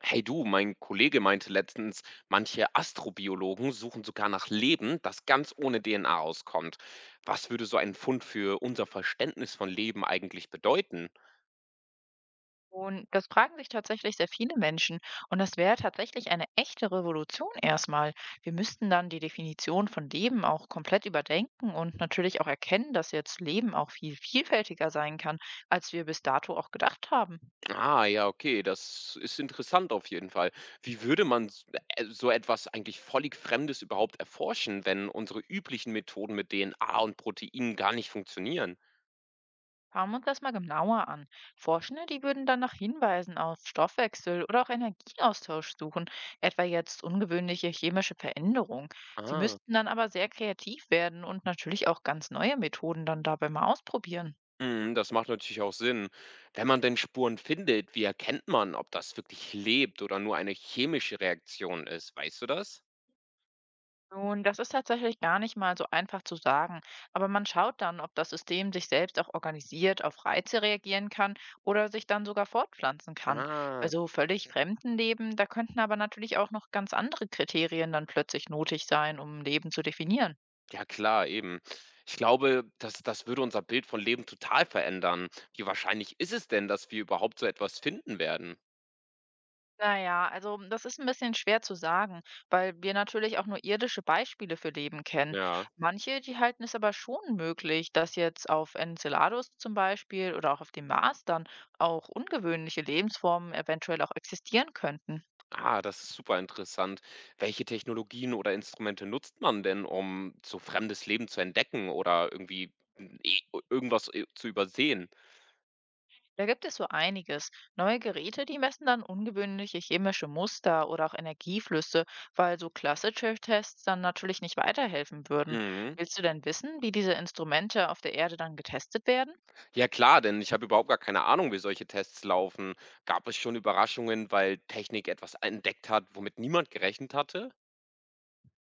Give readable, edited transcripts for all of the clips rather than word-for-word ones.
Hey du, mein Kollege meinte letztens, manche Astrobiologen suchen sogar nach Leben, das ganz ohne DNA auskommt. Was würde so ein Fund für unser Verständnis von Leben eigentlich bedeuten? Und das fragen sich tatsächlich sehr viele Menschen. Und das wäre tatsächlich eine echte Revolution erstmal. Wir müssten dann die Definition von Leben auch komplett überdenken und natürlich auch erkennen, dass jetzt Leben auch viel vielfältiger sein kann, als wir bis dato auch gedacht haben. Ah, ja, okay, das ist interessant auf jeden Fall. Wie würde man s- So etwas eigentlich völlig Fremdes überhaupt erforschen, wenn unsere üblichen Methoden mit DNA und Proteinen gar nicht funktionieren? Schauen wir uns das mal genauer an. Forschende, die würden dann nach Hinweisen auf Stoffwechsel oder auch Energieaustausch suchen, etwa jetzt ungewöhnliche chemische Veränderungen. Sie Ah. müssten dann aber sehr kreativ werden und natürlich auch ganz neue Methoden dann dabei mal ausprobieren. Mhm, das macht natürlich auch Sinn. Wenn man denn Spuren findet, wie erkennt man, ob das wirklich lebt oder nur eine chemische Reaktion ist? Weißt du das? Nun, das ist tatsächlich gar nicht mal so einfach zu sagen, aber man schaut dann, ob das System sich selbst auch organisiert auf Reize reagieren kann oder sich dann sogar fortpflanzen kann. Bei Ah, so völlig fremden Leben, da könnten aber natürlich auch noch ganz andere Kriterien dann plötzlich nötig sein, um Leben zu definieren. ja klar, eben. Ich glaube, das würde unser Bild von Leben total verändern. Wie wahrscheinlich ist es denn, dass wir überhaupt so etwas finden werden? Na ja, also, das ist ein bisschen schwer zu sagen, weil wir natürlich auch nur irdische Beispiele für Leben kennen. Ja. Manche, die halten es aber schon möglich, dass jetzt auf Enceladus zum Beispiel oder auch auf dem Mars dann auch ungewöhnliche Lebensformen eventuell auch existieren könnten. Ah, das ist super interessant. Welche Technologien oder Instrumente nutzt man denn, um so fremdes Leben zu entdecken oder irgendwas zu übersehen? Da gibt es so einiges. Neue Geräte, die messen dann ungewöhnliche chemische Muster oder auch Energieflüsse, weil so klassische Tests dann natürlich nicht weiterhelfen würden. Mhm. Willst du denn wissen, wie diese Instrumente auf der Erde dann getestet werden? Ja klar, denn ich habe überhaupt gar keine Ahnung, wie solche Tests laufen. Gab es schon Überraschungen, weil Technik etwas entdeckt hat, womit niemand gerechnet hatte?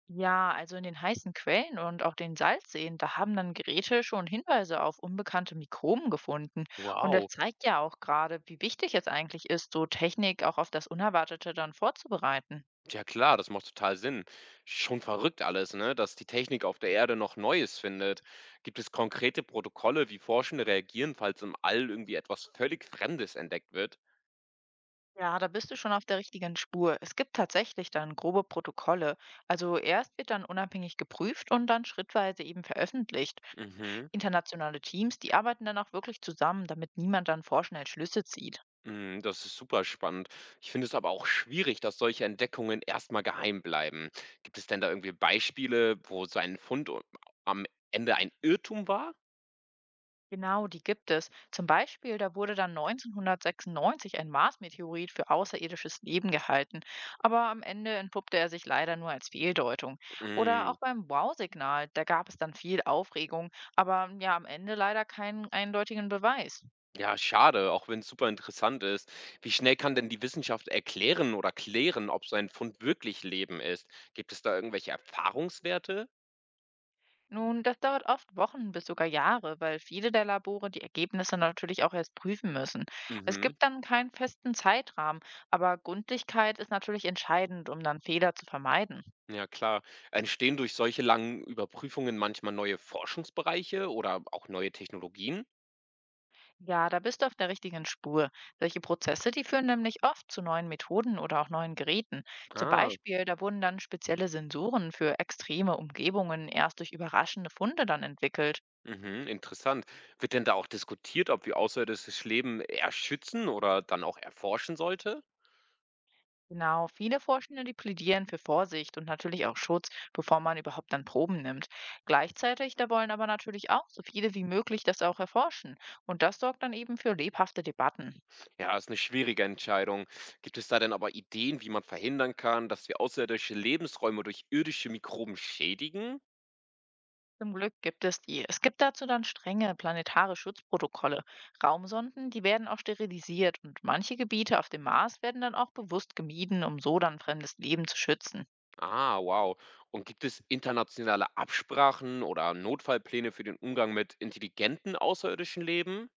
Ja, also in den heißen Quellen und auch den Salzseen, da haben dann Geräte schon Hinweise auf unbekannte Mikroben gefunden. Und das Wow. zeigt ja auch gerade, wie wichtig es eigentlich ist, so Technik auch auf das Unerwartete dann vorzubereiten. Ja klar, das macht total Sinn. Schon verrückt alles, ne? Dass die Technik auf der Erde noch Neues findet. Gibt es konkrete Protokolle, wie Forschende reagieren, falls im All irgendwie etwas völlig Fremdes entdeckt wird? Ja, da bist du schon auf der richtigen Spur. Es gibt tatsächlich dann grobe Protokolle. Also erst wird dann unabhängig geprüft und dann schrittweise eben veröffentlicht. Mhm. Internationale Teams, die arbeiten dann auch wirklich zusammen, damit niemand dann vorschnell Schlüsse zieht. Mm, das ist super spannend. Ich finde es aber auch schwierig, dass solche Entdeckungen erstmal geheim bleiben. Gibt es denn da irgendwie Beispiele, wo so ein Fund o- am Ende ein Irrtum war? Genau, die gibt es. Zum Beispiel, da wurde dann 1996 ein Mars-Meteorit für außerirdisches Leben gehalten, aber am Ende entpuppte er sich leider nur als Fehldeutung. Oder Mm, auch beim Wow-Signal, da gab es dann viel Aufregung, aber ja, am Ende leider keinen eindeutigen Beweis. ja, schade, auch wenn es super interessant ist. Wie schnell kann denn die Wissenschaft erklären oder klären, ob so ein Fund wirklich Leben ist? Gibt es da irgendwelche Erfahrungswerte? Nun, das dauert oft Wochen bis sogar Jahre, weil viele der Labore die Ergebnisse natürlich auch erst prüfen müssen. Es Mhm. gibt dann keinen festen Zeitrahmen, aber Gründlichkeit ist natürlich entscheidend, um dann Fehler zu vermeiden. Ja, klar. Entstehen durch solche langen Überprüfungen manchmal neue Forschungsbereiche oder auch neue Technologien? Ja, da bist du auf der richtigen Spur. Solche Prozesse, die führen nämlich oft zu neuen Methoden oder auch neuen Geräten. Zum Ah. Beispiel, da wurden dann spezielle Sensoren für extreme Umgebungen erst durch überraschende Funde dann entwickelt. Mhm, interessant. Wird denn da auch diskutiert, ob wir außerirdisches Leben eher schützen oder dann auch erforschen sollte? Genau, viele Forschende, die plädieren für Vorsicht und natürlich auch Schutz, bevor man überhaupt dann Proben nimmt. Gleichzeitig, da wollen aber natürlich auch so viele wie möglich das auch erforschen. Und das sorgt dann eben für lebhafte Debatten. Ja, ist eine schwierige Entscheidung. Gibt es da denn aber Ideen, wie man verhindern kann, dass wir außerirdische Lebensräume durch irdische Mikroben schädigen? Zum Glück gibt es die. Es gibt dazu dann strenge planetare Schutzprotokolle. Raumsonden, die werden auch sterilisiert und manche Gebiete auf dem Mars werden dann auch bewusst gemieden, um so dann fremdes Leben zu schützen. Ah, wow. Und gibt es internationale Absprachen oder Notfallpläne für den Umgang mit intelligenten außerirdischen Leben?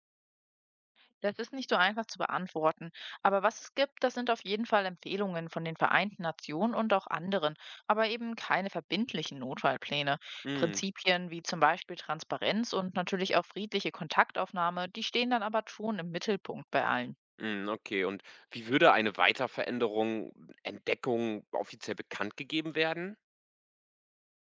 Das ist nicht so einfach zu beantworten. Aber was es gibt, das sind auf jeden Fall Empfehlungen von den Vereinten Nationen und auch anderen, aber eben keine verbindlichen Notfallpläne. Hm, Prinzipien wie zum Beispiel Transparenz und natürlich auch friedliche Kontaktaufnahme, die stehen dann aber schon im Mittelpunkt bei allen. hm, okay. Und wie würde eine Weiterveränderung, Entdeckung offiziell bekannt gegeben werden?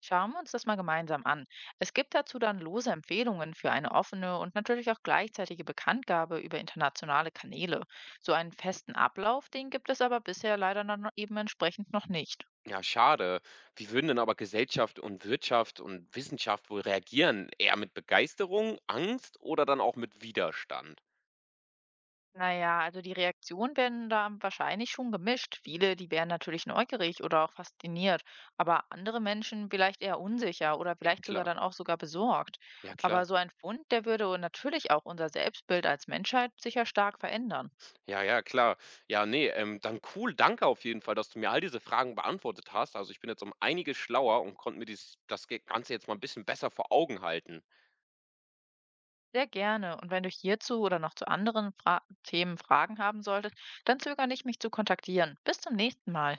Schauen wir uns das mal gemeinsam an. Es gibt dazu dann lose Empfehlungen für eine offene und natürlich auch gleichzeitige Bekanntgabe über internationale Kanäle. So einen festen Ablauf, den gibt es aber bisher leider dann eben entsprechend noch nicht. Ja, schade. Wie würden denn aber Gesellschaft und Wirtschaft und Wissenschaft wohl reagieren? Eher mit Begeisterung, Angst oder dann auch mit Widerstand? Naja, also die Reaktionen werden da wahrscheinlich schon gemischt. Viele, die wären natürlich neugierig oder auch fasziniert, aber andere Menschen vielleicht eher unsicher oder Ja, vielleicht sogar klar. dann auch sogar besorgt. Ja, klar. Aber so ein Fund, der würde natürlich auch unser Selbstbild als Menschheit sicher stark verändern. Ja, ja, klar. Ja, nee. Dann cool. Danke auf jeden Fall, dass du mir all diese Fragen beantwortet hast. Also, ich bin jetzt um einiges schlauer und konnte mir dies das Ganze jetzt mal ein bisschen besser vor Augen halten. Sehr gerne. Und wenn du hierzu oder noch zu anderen Fra Themen Fragen haben solltest, dann zögere nicht, mich zu kontaktieren. Bis zum nächsten Mal.